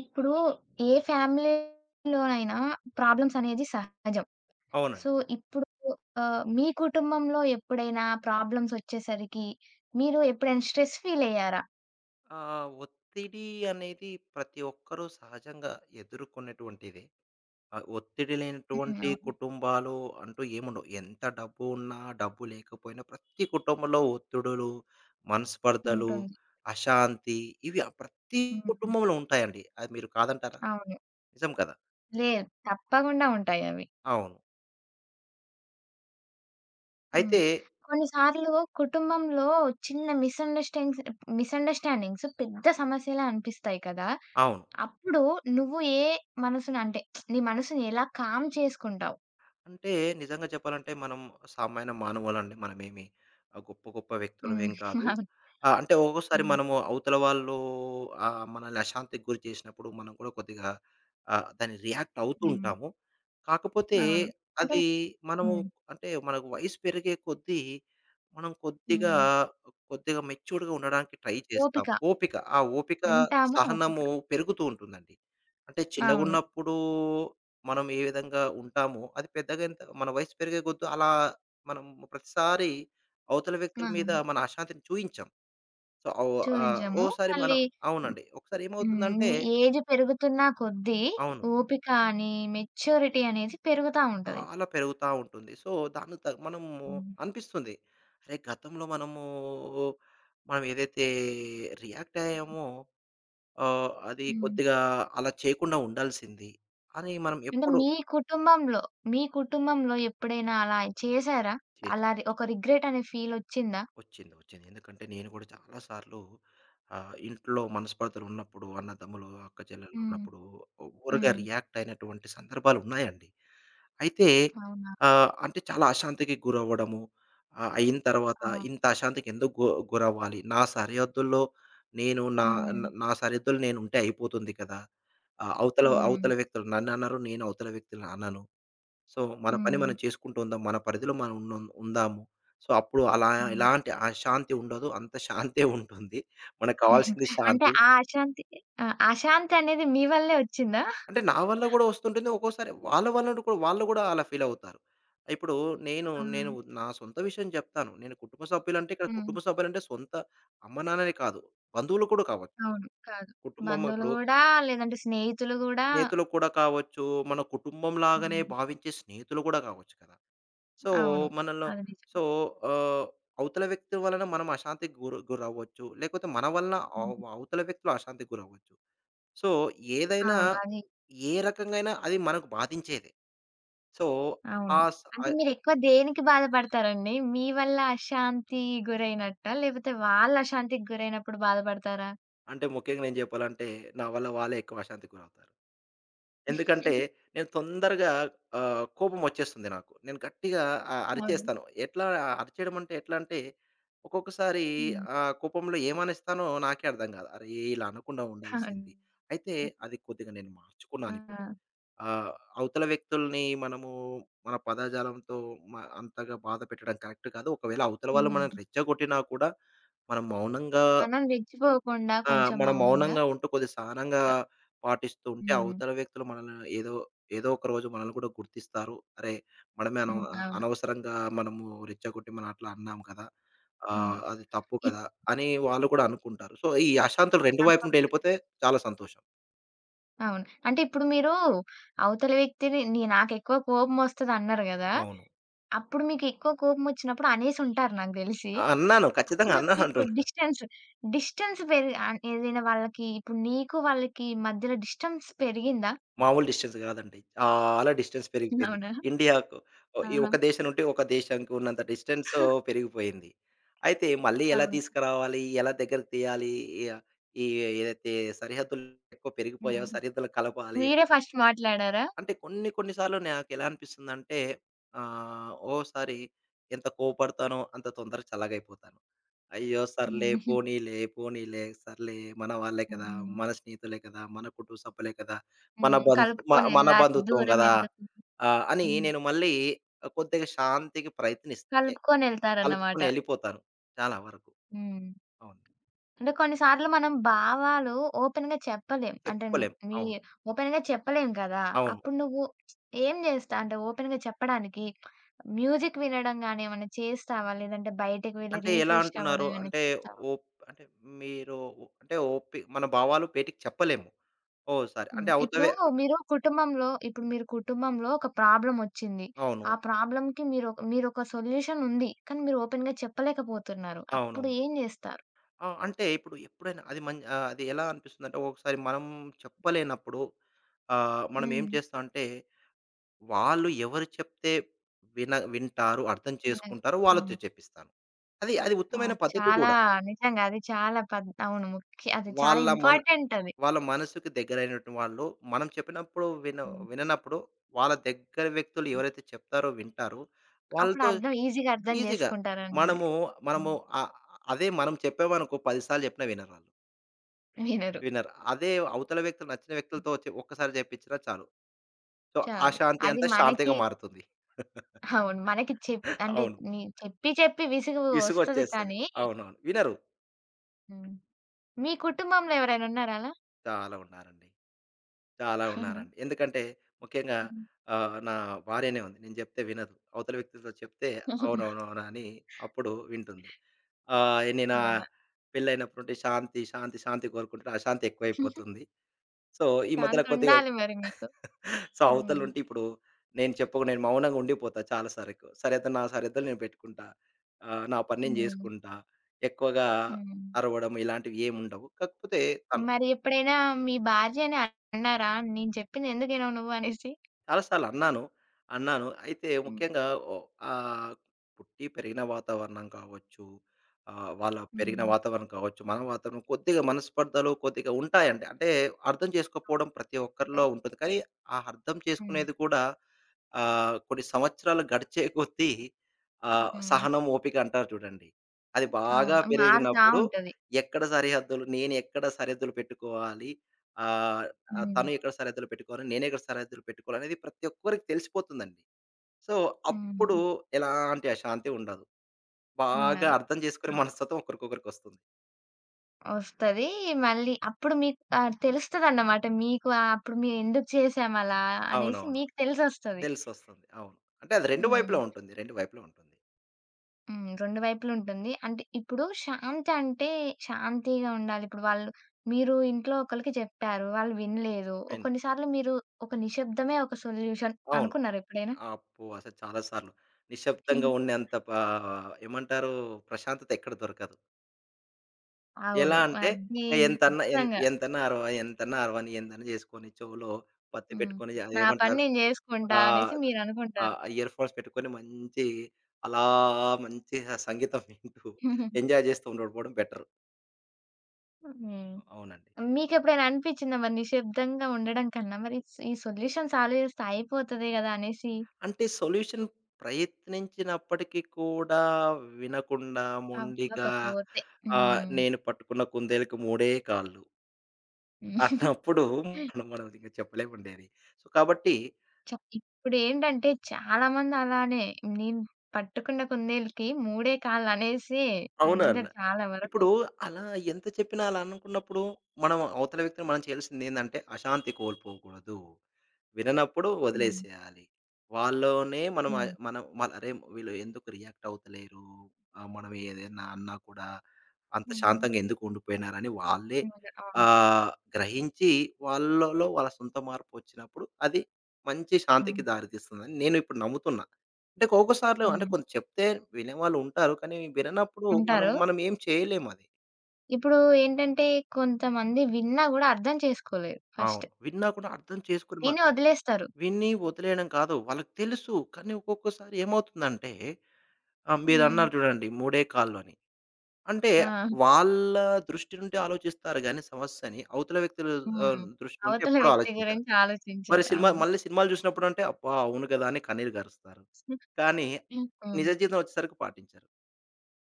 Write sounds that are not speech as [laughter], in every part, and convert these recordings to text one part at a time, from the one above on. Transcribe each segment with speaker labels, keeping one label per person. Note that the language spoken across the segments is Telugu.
Speaker 1: ఇప్పుడు ఏ ఫ్యామిలీలోనైనా ప్రాబ్లమ్స్ అనేది సహజం. సో,
Speaker 2: అవునండి.
Speaker 1: ఇప్పుడు మీ కుటుంబంలో ఎప్పుడైనా ప్రాబ్లమ్స్ ఒచ్చేసరికి మీరు ఎప్పుడైనా స్ట్రెస్ ఫీల్ అయ్యారా?
Speaker 2: ఒత్తిడి అనేది ప్రతి ఒక్కరూ సహజంగా ఎదుర్కొనేటువంటిదే. ఒత్తిడి
Speaker 1: హ్మ్.
Speaker 2: లేనటువంటి
Speaker 1: అవును.
Speaker 2: కుటుంబాలు అంటూ ఏముండవు. ఎంత డబ్బు ఉన్నా, డబ్బు లేకపోయినా ప్రతి కుటుంబంలో ఒత్తిడులు, మనస్పర్ధలు,
Speaker 1: ఉంటుంది.
Speaker 2: అశాంతి ఇవి ప్రతి
Speaker 1: హ్మ్.
Speaker 2: కుటుంబంలో ఉంటాయండి. అది మీరు కాదంటారా?
Speaker 1: అవును.
Speaker 2: నిజం కదా!
Speaker 1: లేదు. తప్పకుండా ఉంటాయవి.
Speaker 2: అవును.
Speaker 1: హ్మ్.
Speaker 2: అయితే
Speaker 1: కొన్ని సార్లు కుటుంబంలో చిన్న మిస్‌అండర్‌స్టాండింగ్స్ పెద్ద సమస్యలా అనిపిస్తాయి కదా!
Speaker 2: అవును.
Speaker 1: అప్పుడు నువ్వు ఏ మనసున అంటే నీ మనసుని ఎలా కామ్ చేసుకుంటావు?
Speaker 2: అంటే నిజంగా చెప్పాలంటే మనం సామాన్య మానవులండి. మనమేమి గొప్ప గొప్ప
Speaker 1: హ్మ్.
Speaker 2: వ్యక్తులమేం కాదు.
Speaker 1: [laughs]
Speaker 2: అంటే ఒక్కొక్కసారి
Speaker 1: హ్మ్.
Speaker 2: మనము అవతల వాళ్ళు మనల్ని అశాంతికి గురి చేసినప్పుడు మనం కూడా కొద్దిగా దానికి రియాక్ట్ అవుతూ
Speaker 1: హ్మ్.
Speaker 2: ఉంటాము. కాకపోతే
Speaker 1: అవును. అంటే
Speaker 2: అది మనము
Speaker 1: హ్మ్.
Speaker 2: అంటే మనకు వయసు పెరిగే కొద్దీ మనం కొద్దిగా,
Speaker 1: హ్మ్.
Speaker 2: కొద్దిగా మెచ్యూర్డ్‌గా ఉండడానికి ట్రై చేస్తాం.
Speaker 1: ఓపిక.
Speaker 2: ఓపిక, ఆ ఓపిక,
Speaker 1: ఉంటాము ఓపిక.
Speaker 2: సహనము పెరుగుతూ ఉంటుందండి. అంటే
Speaker 1: అవును.
Speaker 2: చిన్నగున్నప్పుడు మనం ఏ విధంగా ఉంటామో, అది పెద్దగైంత మన వయసు పెరిగే కొద్దు అలా మనం ప్రతిసారి అవతల వ్యక్తుల మీద
Speaker 1: అవును.
Speaker 2: మన అశాంతిని చూయించాం. సో,
Speaker 1: చూయించము.
Speaker 2: ఓసారి మనం
Speaker 1: మళ్ళీ
Speaker 2: అవునండి. ఒకసారి ఏమవుతుందంటే
Speaker 1: హ్మ్. ఏజ్ పెరుగుతున్న కొద్దీ
Speaker 2: అవును.
Speaker 1: ఓపిక అని, మెచ్యూరిటీ అనేది పెరుగుతా ఉంటది.
Speaker 2: చాలా పెరుగుతా ఉంటుంది. సో, దాన్ని త మనము
Speaker 1: హ్మ్.
Speaker 2: అనిపిస్తుంది. అరే! గతంలో మనము మనం ఏదైతే రియాక్ట్ అయ్యామో అది
Speaker 1: హ్మ్.
Speaker 2: కొద్దిగా అలా చేయకుండా ఉండాల్సింది అని మనం
Speaker 1: అంటే
Speaker 2: ఎప్పుడు
Speaker 1: మీ కుటుంబంలో, మీ కుటుంబంలో ఎప్పుడైనా అలా చేశారా? అలా
Speaker 2: చేసాం.
Speaker 1: రి ఒక రిగ్రెట్ అనే ఫీల్ వచ్చిందా?
Speaker 2: వచ్చింది. వచ్చింది. ఎందుకంటే నేను కూడా చాలా సార్లు ఇంట్లో మనస్పర్ధలు ఉన్నప్పుడు అన్నదమ్ములు, అక్క చెల్లెలు
Speaker 1: హ్మ్.
Speaker 2: ఉన్నప్పుడు ఓవర్‌గా
Speaker 1: హ్మ్.
Speaker 2: రియాక్ట్ అయినటువంటి సందర్భాలు ఉన్నాయండి. అయితే
Speaker 1: అవునా!
Speaker 2: అంటే చాలా అశాంతికి గురవ్వడము. అయిన తర్వాత
Speaker 1: ఆ!
Speaker 2: ఇంత అశాంతికి ఎందుకు గురవ్వాలి? నా సరిహద్దుల్లో నేను నా
Speaker 1: హ్మ్.
Speaker 2: న నా సరిహద్దులు నేనుంటే అయిపోతుంది కదా! అవతల
Speaker 1: హ్మ్.
Speaker 2: అవతల వ్యక్తులు నన్ననరు. నేను అవతల వ్యక్తులని అనను. సో, మన పని
Speaker 1: హ్మ్.
Speaker 2: మనం చేసుకుంటూ ఉందాం. మన పరిధిలో మనం ఉన్నం ఉందాము. సో, అప్పుడు అలా
Speaker 1: హ్మ్.
Speaker 2: ఎలాంటి అశాంతి ఉండదు. అంత శాంతే ఉంటుంది. మనకు
Speaker 1: హుహు.
Speaker 2: కావాల్సింది
Speaker 1: అంటే
Speaker 2: శాంతి.
Speaker 1: ఆ అశాంతి ఆ! అశాంతి అనేది మీ వల్లే వచ్చిందా?
Speaker 2: అంటే నా వల్ల గూడా వస్తుంటుంది. ఒక్కోసారి వాళ్ళ వలన కూడా వాళ్ళు గూడా అలా ఫీల్ అవుతారు. ఇప్పుడు నేను
Speaker 1: ఆ!
Speaker 2: నేను నా సొంత విషయం చెప్తాను. నేను కుటుంబ సభ్యులంటే ఇక్కడ
Speaker 1: హ్మ్.
Speaker 2: కుటుంబ సభ్యులంటే సొంత అమ్మ నాన్ననే కాదు. బంధువులు కూడా కావచ్చు.
Speaker 1: అవును. కాదు.
Speaker 2: కుటుంబం
Speaker 1: బంధువులు
Speaker 2: ఇప్పుడు
Speaker 1: గూడా, లేదంటే స్నేహితులు గూడా
Speaker 2: స్నేహితులు కూడా కావచ్చు. మన కుటుంబం లాగానే
Speaker 1: హ్మ్.
Speaker 2: భావించే స్నేహితులు కూడా కావచ్చు కదా! సో,
Speaker 1: అవును.
Speaker 2: మనలో
Speaker 1: అది నిజం.
Speaker 2: సో, ఆహ్, అవతల వ్యక్తి వలన మనం అశాంతికి గురవ్వచ్చు. లేకపోతే మన వలన
Speaker 1: హ్మ్.
Speaker 2: అవతల వ్యక్తులు అశాంతికి గురవ్వచ్చు. సో, ఏదైనా
Speaker 1: అవును. అది
Speaker 2: ఏ రకంగాయినా అది మనకు బాధించేదే. సో, ఆ
Speaker 1: అవును.
Speaker 2: స
Speaker 1: అంటే మీరెక్కువ దేనికి బాధపడతారండి? మీ వల్ల అశాంతి గురైనట్టా? లేపోతే వాళ్ళు అశాంతికి గురైనప్పుడు బాధపడతారా?
Speaker 2: అంటే ముఖ్యంగా నేను జెప్పాలంటే, నా వల్ల వాళ్ళే ఎక్కువ అశాంతికి గురవుతారు. ఎందుకంటే, నేను తొందరగా కోపమొచ్చేస్తుంది నాకు. నేను గట్టిగా
Speaker 1: అవును.
Speaker 2: అరిచేస్తాను. ఎట్లా అరిచేయడం అంటే ఎట్లా అంటే, ఒక్కొక్కసారి
Speaker 1: హ్మ్.
Speaker 2: కోపంలో ఏమనేస్తానో నాకే అర్థం కాదు. అరే! ఇలా అనకుండా
Speaker 1: అవును.
Speaker 2: ఉండాల్సింది. అయితే అది కొద్దిగా నేను మార్చుకున్నానిప్పుడు.
Speaker 1: ఆ!
Speaker 2: ఆహ్, అవతల వ్యక్తుల్ని మనము మన పదజాలంతో మ అంతగా బాధ పెట్టడం కరెక్ట్ కాదు. ఒకవేళ అవతల వాళ్ళు
Speaker 1: హ్మ్.
Speaker 2: మనల్ని రెచ్చగొట్టినా కూడా, మనం మౌనంగా
Speaker 1: మనం రెచ్చిపోకుండా
Speaker 2: ఆ!
Speaker 1: కొంచెం
Speaker 2: మనం
Speaker 1: మౌనంగా
Speaker 2: మౌనంగా ఉంటూ కొద్దిగా సహనంగా
Speaker 1: ఉంటారు.
Speaker 2: పాటిస్తూ ఉంటే
Speaker 1: హ్మ్.
Speaker 2: అవతల వ్యక్తులు మనల్ని ఏదో ఏదో ఒక రోజు మనల్ని కూడా గుర్తిస్తారు. అరే! మనమే అన
Speaker 1: హ్మ్. అవును.
Speaker 2: అనవసరంగా మనము రెచ్చగొట్టి మనం అట్లా అన్నాం కదా!
Speaker 1: హ్మ్.
Speaker 2: అది తప్పు కదా! అని వాళ్ళు కూడా అనుకుంటారు. సో, ఈ అశాంతులు 2 వైపు నుండి
Speaker 1: అనుకుంటారు.
Speaker 2: ఎళ్ళిపోతే చాలా సంతోషం.
Speaker 1: అవును. అంటే ఇప్పుడు మీరు అవతల వ్యక్తిని నీ నాకెక్కువ కోపమొస్తదన్నారు గదా!
Speaker 2: అవును.
Speaker 1: అప్పుడు మీకు ఎక్కువ కోపమొచ్చినప్పుడు అనేసుంటారు నాకు దెలిసి.
Speaker 2: అన్నాను. ఖచ్చితంగా
Speaker 1: అప్పుడు మీకు
Speaker 2: అన్నానంటున్నా.
Speaker 1: డిస్టెన్స్, డిస్టెన్స్ పెరిగి ఏదైనా వాళ్ళకి ఇప్పుడు నీకు వాళ్ళకి మధ్యలో డిస్టెన్స్ పెరిగిందా?
Speaker 2: మామూలు డిస్టెన్స్ కాదండి. చాలా డిస్టెన్స్ పెరిగిపోయింది.
Speaker 1: అవునా?
Speaker 2: ఇండియాకు ఓ ఈ
Speaker 1: ఆహా!
Speaker 2: ఒక దేశం నుండి ఒక దేశానికి ఉన్నంత డిస్టెన్స్ పెరిగిపోయింది. అయితే మళ్ళీ ఎలా
Speaker 1: అవును.
Speaker 2: తీసుకురావాలి? ఎలా దగ్గరికి తీయాలి? ఈ ఈ ఏదైతే సరిహద్దులు ఎక్కువ
Speaker 1: హ్మ్.
Speaker 2: పెరిగిపోయాయో సరిహద్దులు కలపాలి.
Speaker 1: మీరే ఫస్ట్ మాట్లాడారా?
Speaker 2: అంటే కొన్ని కొన్ని సార్లు నాకెలా అనిపిస్తుందంటే ఓసారి ఎంత కోపడతానో అంత తొందరగా చల్లగైపోతాను. అయ్యో! సర్లే
Speaker 1: హ్మ్.
Speaker 2: పోనీలే, పోనీలే, సర్లే మన వాళ్ళే కదా!
Speaker 1: హ్మ్.
Speaker 2: మన స్నేహితులే కదా! మన కుటుంబ సభ్యులే కదా!
Speaker 1: హ్మ్.
Speaker 2: మన
Speaker 1: కలుపుకొనెళ్ళాలి.
Speaker 2: బంధుత్వం కదా!
Speaker 1: దూరమెందుకు?
Speaker 2: అని
Speaker 1: హ్మ్.
Speaker 2: నేను మళ్ళీ కొద్దిగా శాంతికి ప్రయత్నిస్తా. ఎ
Speaker 1: కలుపుకొనెళ్తారన్నమాట.
Speaker 2: కలుపుకొని ఎళ్ళిపోతాను చాలా వరకు.
Speaker 1: హ్మ్.
Speaker 2: అవును.
Speaker 1: అంటే కొన్ని సార్లు మనం భావాలు ఓపెన్‌గా చెప్పలేం. అంటే
Speaker 2: చెప్పలేం.
Speaker 1: మీ
Speaker 2: అవును.
Speaker 1: ఓపెన్‌గా చెప్పలేం కదా!
Speaker 2: అవును.
Speaker 1: అప్పుడు నువ్వు ఏం జేస్తా? అంటే ఓపెన్‌గా చెప్పడానికి మ్యూజిక్ వినడం గాని ఏమన్నా చేస్తావా? లేదంటే బయటకి వెళ్లి
Speaker 2: అంటే ఎలా
Speaker 1: రిఫ్రెష్ అవ్వడం
Speaker 2: అంటున్నారు
Speaker 1: ఏమన్నా
Speaker 2: అంటే
Speaker 1: చేస్తావా?
Speaker 2: ఓప్ అంటే మీరు ఓ- అంటే ఓపి మన భావాలు బయటికి చెప్పలేము. ఓహ్! సరే.
Speaker 1: హ్మ్.
Speaker 2: అంటే
Speaker 1: ఇప్పుడు
Speaker 2: అవుతవే
Speaker 1: మీరు కుటుంబంలో ఒక ప్రాబ్లమ్ ఒచ్చింది.
Speaker 2: అవును.
Speaker 1: ఆ ప్రాబ్లమ్‌కి మీరు ఒక మీరొక సొల్యూషన్ ఉంది. కానీ మీరు ఓపెన్‌గా చెప్పలేకపోతున్నారు. అప్పుడు
Speaker 2: అవునవును.
Speaker 1: ఏం జేస్తారు?
Speaker 2: ఆ! అంటే ఇప్పుడు ఎప్పుడైనా అది అది ఎలా అనిపిస్తుందంటే ఒక్కొక్కసారి మనం చెప్పలేనప్పుడు మనం ఏం
Speaker 1: హ్మ్.
Speaker 2: చేస్తామంటే వాళ్ళు ఎవరు చెప్తే వింటారు, అర్థం
Speaker 1: నిజంగా.
Speaker 2: చేసుకుంటారో వాళ్ళతో
Speaker 1: హ్మ్.
Speaker 2: చెప్పిస్తాను. అది అది
Speaker 1: ఆ!
Speaker 2: ఉత్తమైన పద్ధతి
Speaker 1: చాలా
Speaker 2: కూడా.
Speaker 1: నిజంగా అది చాలా అవును. ముఖ్య అది చాలా
Speaker 2: వాళ్ళ మన
Speaker 1: ఇంపార్టెంట్ అది.
Speaker 2: వాళ్ళ మనసుకి దగ్గరైనటువంటి వాళ్ళు మనం చెప్పినప్పుడు
Speaker 1: హ్మ్.
Speaker 2: విననప్పుడు వాళ్ళ దగ్గర వ్యక్తులు
Speaker 1: హ్మ్.
Speaker 2: ఎవరైతే చెప్తారో, వింటారో
Speaker 1: అప్పుడు
Speaker 2: వాళ్ళతో
Speaker 1: అర్థం ఈజీగా అర్థం
Speaker 2: ఈజీగా.
Speaker 1: చేసుకుంటారన్నవి.
Speaker 2: మనము, మనము,
Speaker 1: హ్మ్.
Speaker 2: ఆహ్, అదే మనం చెప్పామనుకో 10 సార్లు చెప్పినా వినరాళ్ళు.
Speaker 1: వినరు.
Speaker 2: వినరు. అదే అవతల వ్యక్తులు నచ్చిన వ్యక్తులతో ఒక్కసారి చెప్పించినా చాలు. సో, ఆ
Speaker 1: చాలు.
Speaker 2: శాంతి
Speaker 1: అది
Speaker 2: అంతా
Speaker 1: మనకి
Speaker 2: శాంతిగా మారుతుంది. [laughs]
Speaker 1: అవును. మనకి చెప్ అంటే
Speaker 2: అవును.
Speaker 1: నీ చెప్పి చెప్పి విసుగు వస్తది
Speaker 2: విసుగొచ్చేస్తది.
Speaker 1: కానీ
Speaker 2: అవునవును. వినరు.
Speaker 1: హ్మ్. మీ కుటుంబంలో ఎవరైనా ఉన్నారా అలా?
Speaker 2: చాలా ఉన్నారండి. చాలా
Speaker 1: అవునా?
Speaker 2: ఉన్నారండి. ఎందుకంటే ముఖ్యంగా
Speaker 1: హ్మ్.
Speaker 2: నా భార్యనే ఉంది. నేను చెప్తే వినదు. అవతల వ్యక్తితో చెప్తే అవునవునవునా అని అప్పుడు వింటుంది. నేనా
Speaker 1: అవునా?
Speaker 2: పెళ్ళైనప్పటి నుండి శాంతి, శాంతి, శాంతి కోరుకుంటే అశాంతి ఎక్కువైపోతుంది. సో, ఈ మధ్యలో
Speaker 1: శాంత
Speaker 2: కొద్దిగా
Speaker 1: ఉండాలి మరి మీకు.
Speaker 2: సో,
Speaker 1: హ్మ్.
Speaker 2: అవతలుంటే ఇప్పుడు నేను మౌనంగా ఉండిపోతా చాలా సరకు. నా సరిహద్దులు నేను పెట్టుకుంటా. నా పని నేను
Speaker 1: హ్మ్.
Speaker 2: జేసుకుంటా. ఎక్కువగా
Speaker 1: హ్మ్.
Speaker 2: అరవడం ఇలాంటివి ఏముండవు. కాకపోతే తను
Speaker 1: మరి ఎప్పుడైనా మీ భార్యని అన్నారా? నేను చెప్పింది ఎందుకినవు నువ్వు అనేసి?
Speaker 2: చాలా సార్లు అన్నాను. అన్నాను. అయితే
Speaker 1: హ్మ్.
Speaker 2: ముఖ్యంగా ఓ ఆహ్, పుట్టి పెరిగిన వాతావరణం కావచ్చు, వాళ్ళ పెరిగిన
Speaker 1: హ్మ్.
Speaker 2: వాతావరణం కావచ్చు, మన వాతావరణం కొద్దిగా మనస్పర్ధలు కొద్దిగా ఉంటాయండి. అంటే అర్థం చేసుకోకపోవడం ప్రతి ఒక్కరిలో
Speaker 1: ఉంటాయి.
Speaker 2: ఉంటుంది. కానీ ఆ అర్థం
Speaker 1: హ్మ్.
Speaker 2: చేసుకునేది కూడా కొన్ని సంవత్సరాలు గడిచే కొద్దీ
Speaker 1: హ్మ్.
Speaker 2: సహనం, ఓపిక అంటారు చూడండి. అది బాగా
Speaker 1: అవును. మారుతా
Speaker 2: పెరిగినప్పుడు
Speaker 1: ఉంటది.
Speaker 2: ఎక్కడ సరిహద్దులు నేను ఎక్కడ సరిహద్దులు పెట్టుకోవాలి? ఆహ్,
Speaker 1: హ్మ్.
Speaker 2: తను ఎక్కడ సరిహద్దులు పెట్టుకోవాలి? నేను ఎక్కడ సరిహద్దులు పెట్టుకోవాలనేది ప్రతి ఒక్కరికి తెలిసిపోతుందండి. సో, అప్పుడు
Speaker 1: హ్మ్.
Speaker 2: ఎలాంటి అశాంతి ఉండదు. బాగా
Speaker 1: ఉండదు.
Speaker 2: అర్థం చేసుకునే
Speaker 1: అవును.
Speaker 2: మనస్తత్వం ఒకరికొకరికొస్తుంది.
Speaker 1: వస్తది. మళ్ళీ అప్పుడు మీకు తెలుస్తదన్నమాట. మీకు అప్పుడు మేము ఎందుకు చేసాం అలా అనేసి
Speaker 2: అవునవును.
Speaker 1: మీకు తెలిసొస్తది.
Speaker 2: తెలిసొస్తుంది. అవును. అంటే అది 2
Speaker 1: హ్మ్.
Speaker 2: వైపులా ఉంటుంది. 2 వైపులా ఉంటుంది.
Speaker 1: హ్మ్. 2 వైపులుంటుంది. అంటే ఇప్పుడు శాంతి అంటే శాంతిగా ఉండాలి. ఇప్పుడు వాళ్ళు మీరు ఇంట్లో ఒకళ్ళకి చెప్పారు. వాళ్ళు వినలేదు.
Speaker 2: విన్
Speaker 1: కొన్ని సార్లు మీరు ఒక నిశ్శబ్దమే ఒక సొల్యూషన్
Speaker 2: అవును.
Speaker 1: అనుకున్నారా ఎప్పుడైనా?
Speaker 2: అబ్బో! అసలు చాలా సార్లు. నిశ్శబ్దంగా
Speaker 1: [laughs]
Speaker 2: ఉండేంత పా ఏమంటారు ప్రశాంతత ఎక్కడ దొరకదు. ఎలా
Speaker 1: అవును.
Speaker 2: అంటే
Speaker 1: అది
Speaker 2: ఇంకా
Speaker 1: నిజంగా.
Speaker 2: ఎంతన్నా అరవని, ఎంతన్నా అరవని, ఎంతన్నా చేసుకొని చెవులో పత్తి
Speaker 1: హ్మ్.
Speaker 2: పెట్టుకొని
Speaker 1: నా పని
Speaker 2: అదేమంటారు
Speaker 1: నేను జేసుకుంటా
Speaker 2: ఆహ్,
Speaker 1: అనేసి మీరనుకుంటారు.
Speaker 2: ఇయర్‌ఫోన్స్ పెట్టుకొని మంచి అలా మంచి ఆ సంగీతం వింటూ ఎంజాయ్ చేస్తూ ఉండకపోవడం బెటర్.
Speaker 1: హ్మ్.
Speaker 2: అవునండి.
Speaker 1: మీకెప్పుడైనా అనిపిచ్చిందా మరి నిశ్శబ్దంగా ఉండడం కన్నా మరి ఈ సొల్యూషన్స్ ఆలోచిస్తే అయిపోతది గదా! అనేసి?
Speaker 2: అంటే సొల్యూషన్ ప్రయత్నించినప్పటికీ కూడా వినకుండా మొండిగా
Speaker 1: అవ్వకపోతే హ్మ్.
Speaker 2: నేను పట్టుకున్న కుందేలుకి మూడే కాళ్ళు. అన్నప్పుడు మనం మనం ఇంక చెప్పలేమండి అది. సో, కాబట్టి
Speaker 1: చ ఇప్పుడేంటంటే చాలామంది అలానే నేను పట్టుకున్న కుందేలుకి మూడే కాళ్ళనేసి
Speaker 2: అవునన్న.
Speaker 1: అందరు చాలా వరకు.
Speaker 2: ఇప్పుడు అలా ఎంత చెప్పినా అలా అనుకున్నప్పుడు, మనం అవతల వ్యక్తిని మనం చేయాల్సిందేందంటే, అశాంతి కోల్పోకూడదు. విననప్పుడు
Speaker 1: హ్మ్.
Speaker 2: వదిలేసేయాలి. వాళ్ళలోనే మనం
Speaker 1: హ్మ్.
Speaker 2: మనం మల్ అరే! వీళ్ళు ఎందుకు రియాక్ట్ అవుతలేరు? మనం ఏదైనా అన్నా కూడా అంత
Speaker 1: హ్మ్.
Speaker 2: శాంతంగా ఎందుకు ఉండిపోయినారని వాళ్ళే
Speaker 1: అవును. అవును.
Speaker 2: ఆహ్, గ్రహించి వాళ్ళలో వాళ్ళ సొంత మార్పొచ్చినప్పుడు అది మంచి
Speaker 1: హ్మ్.
Speaker 2: శాంతికి దారితీస్తుందని నేను ఇప్పుడు నమ్ముతున్నా. అంటే ఒక్కొక్కసార్లు అంటే
Speaker 1: హ్మ్.
Speaker 2: కొంత చెప్తే వినేవాళ్ళు ఉంటారు. కానీ విననప్పుడు మనం
Speaker 1: ఉంటారు.
Speaker 2: మనం ఏం చేయలేము అది.
Speaker 1: ఇప్పుడు ఏంటంటే కొంతమంది విన్నా గూడా అర్థం చేసుకోలేరు
Speaker 2: అవును.
Speaker 1: ఫస్ట్.
Speaker 2: విన్నా కూడా అర్థం చేసుకొని మ
Speaker 1: విని వదిలేస్తారు.
Speaker 2: విని వదిలేయడం కాదు. వాళ్ళకి తెలుసు. కానీ ఒక్కొక్కసారి ఏమవుతుందంటే ఆ!
Speaker 1: హ్మ్.
Speaker 2: మీరన్నారు చూడండి. మూడే కాళ్ళు అని. అంటే
Speaker 1: ఆ!
Speaker 2: వాళ్ళ దృష్టి నుండి ఆలోచిస్తారు గానీ సమస్యని, అవతల వ్యక్తులు
Speaker 1: హ్మ్.
Speaker 2: దృష్టి నుండి
Speaker 1: అవతల
Speaker 2: ఎప్పుడూ
Speaker 1: వ్యక్తి
Speaker 2: ఆలోచించరు.
Speaker 1: గురించి
Speaker 2: మరి
Speaker 1: ఆలోచించరు. అవును.
Speaker 2: సినిమాలు చూసినప్పుడంటే, అబ్బా! అవును గదా! అని కన్నీరు గారుస్తారు. కానీ నిజ
Speaker 1: హ్మ్.
Speaker 2: జీవితం వచ్చేసరికి పాటించరు.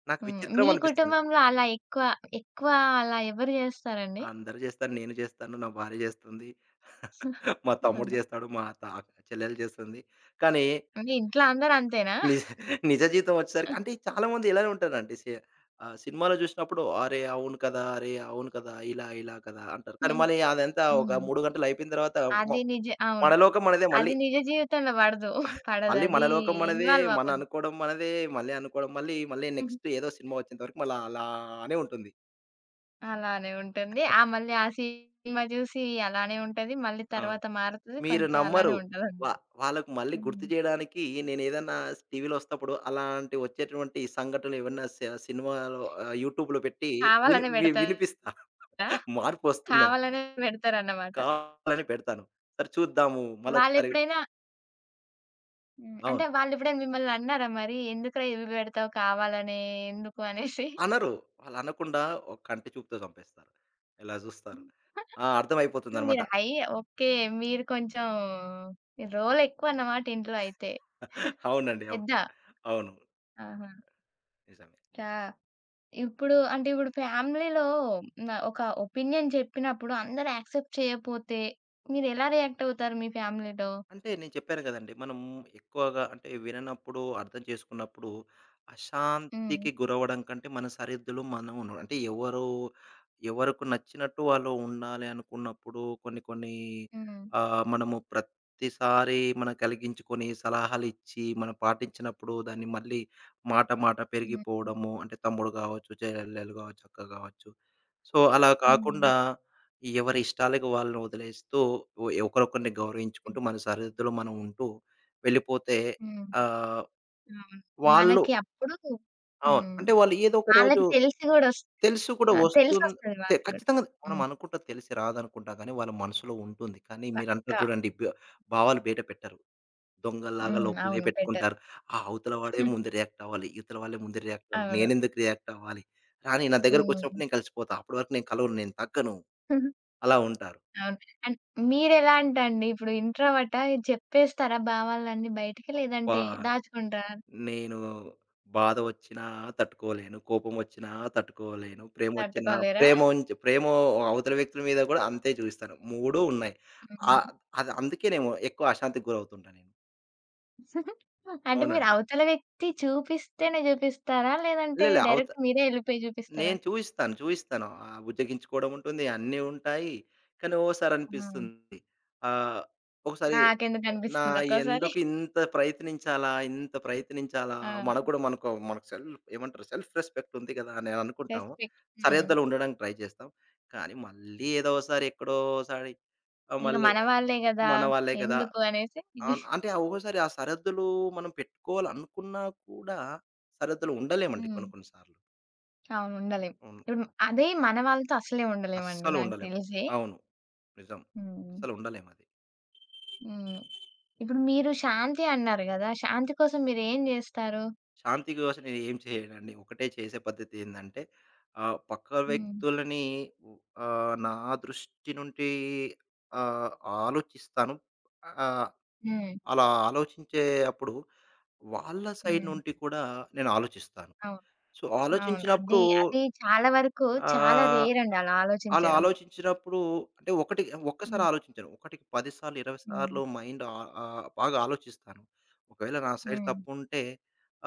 Speaker 2: నాకు
Speaker 1: హ్మ్.
Speaker 2: విచిత్రం
Speaker 1: మీ
Speaker 2: అనిపిస్తుంది.
Speaker 1: కుటుంబంలో అలా ఎక్కువ, ఎక్కువ అలా ఎవరు జేస్తారండి?
Speaker 2: అందరూ చేస్తారు. నేను చేస్తాను. నా భార్య చేస్తుంది. [laughs] మా తమ్ముడు చేస్తాడు. మా తా చెల్లెలు చేస్తుంది. కానీ
Speaker 1: అంటే ఇంట్లో అందరూ అంతేనా?
Speaker 2: నిజ నిజ జీవితం వచ్చేసరికి అంటే చాలామంది ఇలానే ఉంటారండి. సినిమాలో చూసినప్పుడు అరే! అవును కదా! అరే! అవును కదా! ఇలా, ఇలా కదా! అంటారు. కానీ
Speaker 1: హ్మ్.
Speaker 2: మళ్ళీ అదంతా ఒక
Speaker 1: హ్మ్.
Speaker 2: 3 గంటలు అయిపోయిన తర్వాత మ
Speaker 1: అది నిజ అవును.
Speaker 2: మన లోకం మనదే
Speaker 1: అది
Speaker 2: మళ్ళీ.
Speaker 1: నిజ జీవితంలో పడదు. పడదు.
Speaker 2: మళ్ళీ
Speaker 1: అది
Speaker 2: మన లోకం మనదే.
Speaker 1: ఇన్వాల్వ్
Speaker 2: మన
Speaker 1: అవ్వదు.
Speaker 2: అనుకోవడం మనదే. మళ్ళీ అనుకోవడం మళ్ళీ, మళ్ళీ నెక్స్ట్ ఏదో సినిమా వచ్చేంత వరకు మళ్ళా అలానే ఉంటుంది.
Speaker 1: అలానే ఉంటుంది. ఆ! మళ్ళీ ఆ సినిమా జూసి అలానే ఉంటది. మళ్ళీ
Speaker 2: అవును.
Speaker 1: తర్వాత మారుతది.
Speaker 2: మీరు
Speaker 1: కొంత
Speaker 2: నమ్మరు.
Speaker 1: అలానే
Speaker 2: వా వాళ్ళకి మళ్ళీ గుర్తు
Speaker 1: హ్మ్.
Speaker 2: చేయడానికి నేనేదన్నా టీవీలో వస్తప్పుడు అలాంటి వచ్చేటువంటి సంఘటనలు ఏవన్నా సినిమాలో యూట్యూబ్‌లో పెట్టి
Speaker 1: కావాలనే పెడతారా?
Speaker 2: వినిపిస్తా. మార్పొస్తుందని.
Speaker 1: కావాలనే పెడతారన్నమాట.
Speaker 2: కావాలని పెడతాను. సరే చూద్దాము. మళ్ళొకసారి
Speaker 1: వాళ్ళెప్పుడైనా హ్మ్.
Speaker 2: అవును.
Speaker 1: అంటే వాళ్ళెప్పుడైనా మిమ్మల్ని అన్నారా మరి? ఎందుకురా ఇవి పెడతావు కావాలనే ఎందుకు అనేసి?
Speaker 2: అనరు. వాళ్ళనకుండా ఒక కంటి చూపుతో చంపేస్తారు. ఇలా జూస్తారు.
Speaker 1: [laughs]
Speaker 2: ఆ! అర్థమైపోతుందనమాట.
Speaker 1: మీరు ఓకే. మీరు కొంచెం రోలెక్కువన్నమాట ఇంట్లో అయితే.
Speaker 2: [laughs] అవునండి. అవును.
Speaker 1: పెద్ద.
Speaker 2: అవును.
Speaker 1: ఆహా!
Speaker 2: నిజమే.
Speaker 1: చా ఇప్పుడు అంటే ఇప్పుడు ఫ్యామిలీలో నా ఒక ఒపీనియన్ చెప్పినప్పుడు అందరూ యాక్సెప్ట్ చేయకపోతే మీరెలా రియాక్ట్ అవుతారు మీ ఫ్యామిలీలో?
Speaker 2: అంటే నేను చెప్పాను కదండీ. మనం ఎక్కువగా అంటే విననప్పుడు, అర్థం చేసుకున్నప్పుడు,
Speaker 1: హ్మ్.
Speaker 2: అశాంతికి గురవ్వడం కంటే మన సరిహద్దులో మనం ఉన్నాం. అంటే ఎవరు ఎవరికి నచ్చినట్టు వాళ్ళు ఉండాలి అనుకున్నప్పుడు కొన్ని కొన్ని
Speaker 1: హ్మ్.
Speaker 2: మనము ప్రతిసారి మనం కలిగించుకొని సలహాలిచ్చి మనం పాటించినప్పుడు దాన్ని మళ్ళీ మాట మాట
Speaker 1: హ్మ్.
Speaker 2: పెరిగిపోవడము. అంటే తమ్ముడు కావచ్చు, చెల్లెలు కావచ్చు, అక్క కావచ్చు. సో, అలా కాకుండా ఎవరి ఇష్టాలకు వాళ్ళని వదిలేస్తూ ఒకరొకరిని
Speaker 1: హ్మ్.
Speaker 2: గౌరవించుకుంటూ మన సరిహద్దులో మనం ఉంటూ వెళ్ళిపోతే
Speaker 1: హ్మ్.
Speaker 2: ఆహ్,
Speaker 1: అవును.
Speaker 2: వాళ్ళు
Speaker 1: మనకి అప్పుడు
Speaker 2: అవును.
Speaker 1: హ్మ్.
Speaker 2: అంటే వాళ్ళు ఏదో ఒక రోజు
Speaker 1: వాళ్ళకి తెలిసి గూడా
Speaker 2: తెలిసి కూడా
Speaker 1: ఆ!
Speaker 2: వస్తుం
Speaker 1: తెలిసొస్తది వాళ్ళకి గూడా.
Speaker 2: ఖచ్చితంగా మనం
Speaker 1: హ్మ్.
Speaker 2: అనుకుంటాం తెలిసి రాదనుకుంటాం కానీ వాళ్ళ మనసులో ఉంటుంది. కానీ మీరంటారు
Speaker 1: పక్కా.
Speaker 2: చూడండి భావాలు బయట పెట్టరు. దొంగల్లాగా
Speaker 1: హ్మ్.
Speaker 2: లోపలనే
Speaker 1: అవును. బెటర్.
Speaker 2: పెట్టుకుంటారు. ఆ అవతల వాడే ముందు రియాక్ట్ అవ్వాలి. ఇవతల వాళ్ళే ముందు రియాక్ట్ అవ్వాలి.
Speaker 1: అవును.
Speaker 2: నేనెందుకు రియాక్ట్ అవ్వాలి? రానీ నా
Speaker 1: హ్మ్.
Speaker 2: దగ్గరకొచ్చినప్పుడు నేను కలిసిపోతా. అప్పటి వరకు నేను కలవను. నేను తగ్గను. అలా ఉంటారు.
Speaker 1: అవును. అండ్ మీరెలాంటండి? ఇప్పుడు ఇంట్రోవర్టా? చెప్పేస్తారా భావాలన్నీ బయటికి?
Speaker 2: వా
Speaker 1: లేదంటే దాచుకుంటారా?
Speaker 2: నేను బాధ వచ్చినా తట్టుకోలేను. కోపం వచ్చినా తట్టుకోలేను. ప్రేమొచ్చినా
Speaker 1: తట్టుకోలేరా?
Speaker 2: ప్రేమ అవతల వ్యక్తుల మీద కూడా అంతే చూపిస్తాను. 3 ఉన్నాయి.
Speaker 1: హుహు.
Speaker 2: ఆహ్, అది అందుకేనేమో ఎక్కువ అశాంతికి గురవుతుంటా నేను.
Speaker 1: [laughs] అంటే మీరు
Speaker 2: అవునండి.
Speaker 1: అవతల వ్యక్తి చూపిస్తేనే చూపిస్తారా? లేదంటే
Speaker 2: లేదు. లేదు.
Speaker 1: డైరెక్ట్ మీరే ఎళ్ళిపోయి చూపిస్తారా?
Speaker 2: నేను చూయిస్తాను. చూయిస్తాను. బుజ్జగించుకోవడం ఉంటుంది. అన్నీ ఉంటాయి. కానీ ఓసారి
Speaker 1: హ్మ్.
Speaker 2: అనిపిస్తుంది. ఆహ్, ఒకసారి
Speaker 1: నాకెందుకు
Speaker 2: నా
Speaker 1: అనిపిస్తుంది ఒక్కోసారి.
Speaker 2: ఎందుకు ఇంత ప్రయత్నించాలా? ఇంత ప్రయత్నించాలా? మనకు
Speaker 1: ఆ!
Speaker 2: కూడా మనకు మనకు సెల్ఫ్ ఏమంటారు? సెల్ఫ్ రెస్పెక్ట్ ఉంది కదా! అని అనుకుంటాము.
Speaker 1: రెస్పెక్ట్. హ్మ్.
Speaker 2: సరిహద్దులో ఉండడానికి ట్రై చేస్తాం. కానీ మళ్ళీ ఏదోసారి ఎక్కడోసారి
Speaker 1: ఇక
Speaker 2: మళ్ళీ
Speaker 1: మన వాళ్ళే గదా!
Speaker 2: మన వాళ్ళే కదా!
Speaker 1: ఎందుకు అనేసి
Speaker 2: అంటే ఆ ఒక్కోసారి ఆ సరిహద్దులు మనం పెట్టుకోవాలనుకున్నా కూడా సరిహద్దులు ఉండలేమండి
Speaker 1: హ్మ్.
Speaker 2: కొన్ని కొన్ని సార్లు.
Speaker 1: అవును. ఉండలేం.
Speaker 2: అవును.
Speaker 1: ఇప్పుడు అదే మన వాళ్ళతో అసలే ఉండలేమండి
Speaker 2: అస్సలు
Speaker 1: నాకు
Speaker 2: ఉండలేం.
Speaker 1: తెలిసి.
Speaker 2: అవును. నిజం.
Speaker 1: హ్మ్.
Speaker 2: అస్సలు ఉండలేమది.
Speaker 1: హ్మ్. ఇప్పుడు మీరు శాంతి అన్నారు గదా! శాంతి కోసం మీరేం జేస్తారు?
Speaker 2: శాంతి కోసం నేను ఏం చేయనండి. ఒకటే చేసే పద్ధతి ఏందంటే పక్క
Speaker 1: హ్మ్.
Speaker 2: వ్యక్తులని ఉ నా దృష్టి నుండి ఆహ్, ఆలోచిస్తాను. ఆహ్,
Speaker 1: హ్మ్.
Speaker 2: అలా ఆలోచించే అప్పుడు వాళ్ళ సైడ్
Speaker 1: హ్మ్.
Speaker 2: నుండి కూడా నేను ఆలోచిస్తాను.
Speaker 1: అవును.
Speaker 2: సో,
Speaker 1: అవును.
Speaker 2: ఆలోచించినప్పుడు
Speaker 1: అది, అది చాలా వరకు చాలా
Speaker 2: ఆహ్
Speaker 1: రేర్ అండి అలా
Speaker 2: అలా
Speaker 1: ఆలోచించడం.
Speaker 2: ఆలోచించినప్పుడు అంటే ఒకటి ఒక్కసారి
Speaker 1: హ్మ్.
Speaker 2: ఆలోచించను. ఒకటికి 10 సార్లు, 20 సార్లు
Speaker 1: హ్మ్.
Speaker 2: మైండ్ ఆహ్, ఆహ్, బాగా ఆలోచిస్తాను. ఒకవేళ నా సైడ్
Speaker 1: హ్మ్.
Speaker 2: తప్పుంటే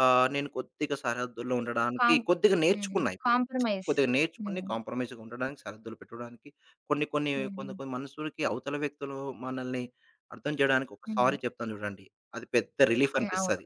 Speaker 2: నేను కొద్దిగా సరిహద్దుల్లో ఉండడానికి
Speaker 1: కాం
Speaker 2: కొద్దిగా
Speaker 1: హ్మ్.
Speaker 2: నేర్చుకున్నా ఇప్పుడు.
Speaker 1: కాంప్రమైజ్.
Speaker 2: కొద్దిగా నేర్చుకుని
Speaker 1: హ్మ్.
Speaker 2: కాంప్రమైజ్‌గా ఉండడానికి, సరిహద్దులు పెట్టడానికి కొన్ని కొన్ని
Speaker 1: హ్మ్.
Speaker 2: కొన్ని కొన్ని మనుషులకి అవతల వ్యక్తులు మనల్ని అర్థం చేయడానికి ఒక
Speaker 1: హ్మ్.
Speaker 2: సారీ చెప్తాను చూడండి. అది పెద్ద రిలీఫ్
Speaker 1: హ్మ్. అవును.
Speaker 2: అనిపిస్తది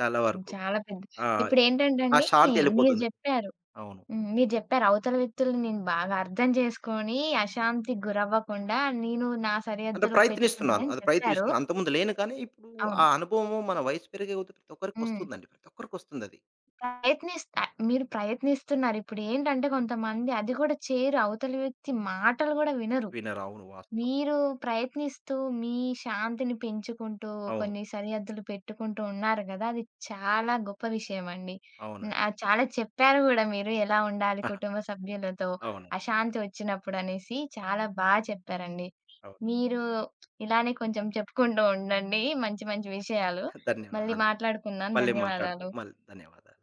Speaker 2: చాలా
Speaker 1: అవును.
Speaker 2: వరకు.
Speaker 1: చాలా పెద్ద
Speaker 2: ఆ!
Speaker 1: ఇప్పుడేంటంటే
Speaker 2: ఆ
Speaker 1: అండి
Speaker 2: శాంతి
Speaker 1: మీరు
Speaker 2: ఎళ్ళిపోతుంది.
Speaker 1: జెప్పారు.
Speaker 2: అవును.
Speaker 1: హ్మ్. మీరు జెప్పారు అవతల వ్యక్తుల్ని నేను బాగా అర్థం చేసుకొని అశాంతికి గురవ్వకుండా నేను నా
Speaker 2: అంటే
Speaker 1: సరిహద్దులు
Speaker 2: ప్రయత్నిస్తున్నాను.
Speaker 1: పెట్టుకుంటానని
Speaker 2: అది
Speaker 1: చెప్పారు.
Speaker 2: ప్రయత్నిస్తున్నా. అంతకుముందు లేను కానీ, ఇప్పుడు
Speaker 1: అవును.
Speaker 2: ఆ అనుభవము మన వయసు పెరిగే కొద్దీ ప్రతి
Speaker 1: హ్మ్.
Speaker 2: ఒక్కరికొస్తుందండి. ప్రతి ఒక్కరికొస్తుందది.
Speaker 1: ప్రయత్నిస్తా మీరు ప్రయత్నిస్తున్నారు. ఇప్పుడు ఏంటంటే కొంతమంది అది కూడా చేయరు. అవతలి వ్యక్తి మాటలు గూడా వినరు.
Speaker 2: అవును. వాస్తవం.
Speaker 1: మీరు ప్రయత్నిస్తూ మీ శాంతిని పెంచుకుంటూ,
Speaker 2: అవును.
Speaker 1: కొన్ని సరిహద్దులు పెట్టుకుంటూ ఉన్నారు గదా! అది చాలా గొప్ప విషయమండి.
Speaker 2: అవునండి.
Speaker 1: నా చాలా చెప్పారు గూడా మీరు ఎలా ఉండాలి కుటుంబ
Speaker 2: [laughs]
Speaker 1: సభ్యులతో
Speaker 2: అవునండి.
Speaker 1: అశాంతి వచ్చినప్పుడనేసి చాలా చెప్పారండి.
Speaker 2: అవును.
Speaker 1: మీరు ఇలానే కొంచెం చెప్పుకుంటూ ఉండండి మంచి మంచి విషయాలు. మళ్ళీ
Speaker 2: ధన్యవాదాలు.
Speaker 1: మాట్లాడుకుందాం. ధన్యవాదాలు.
Speaker 2: మళ్ళీ ధన్యవాదాలు.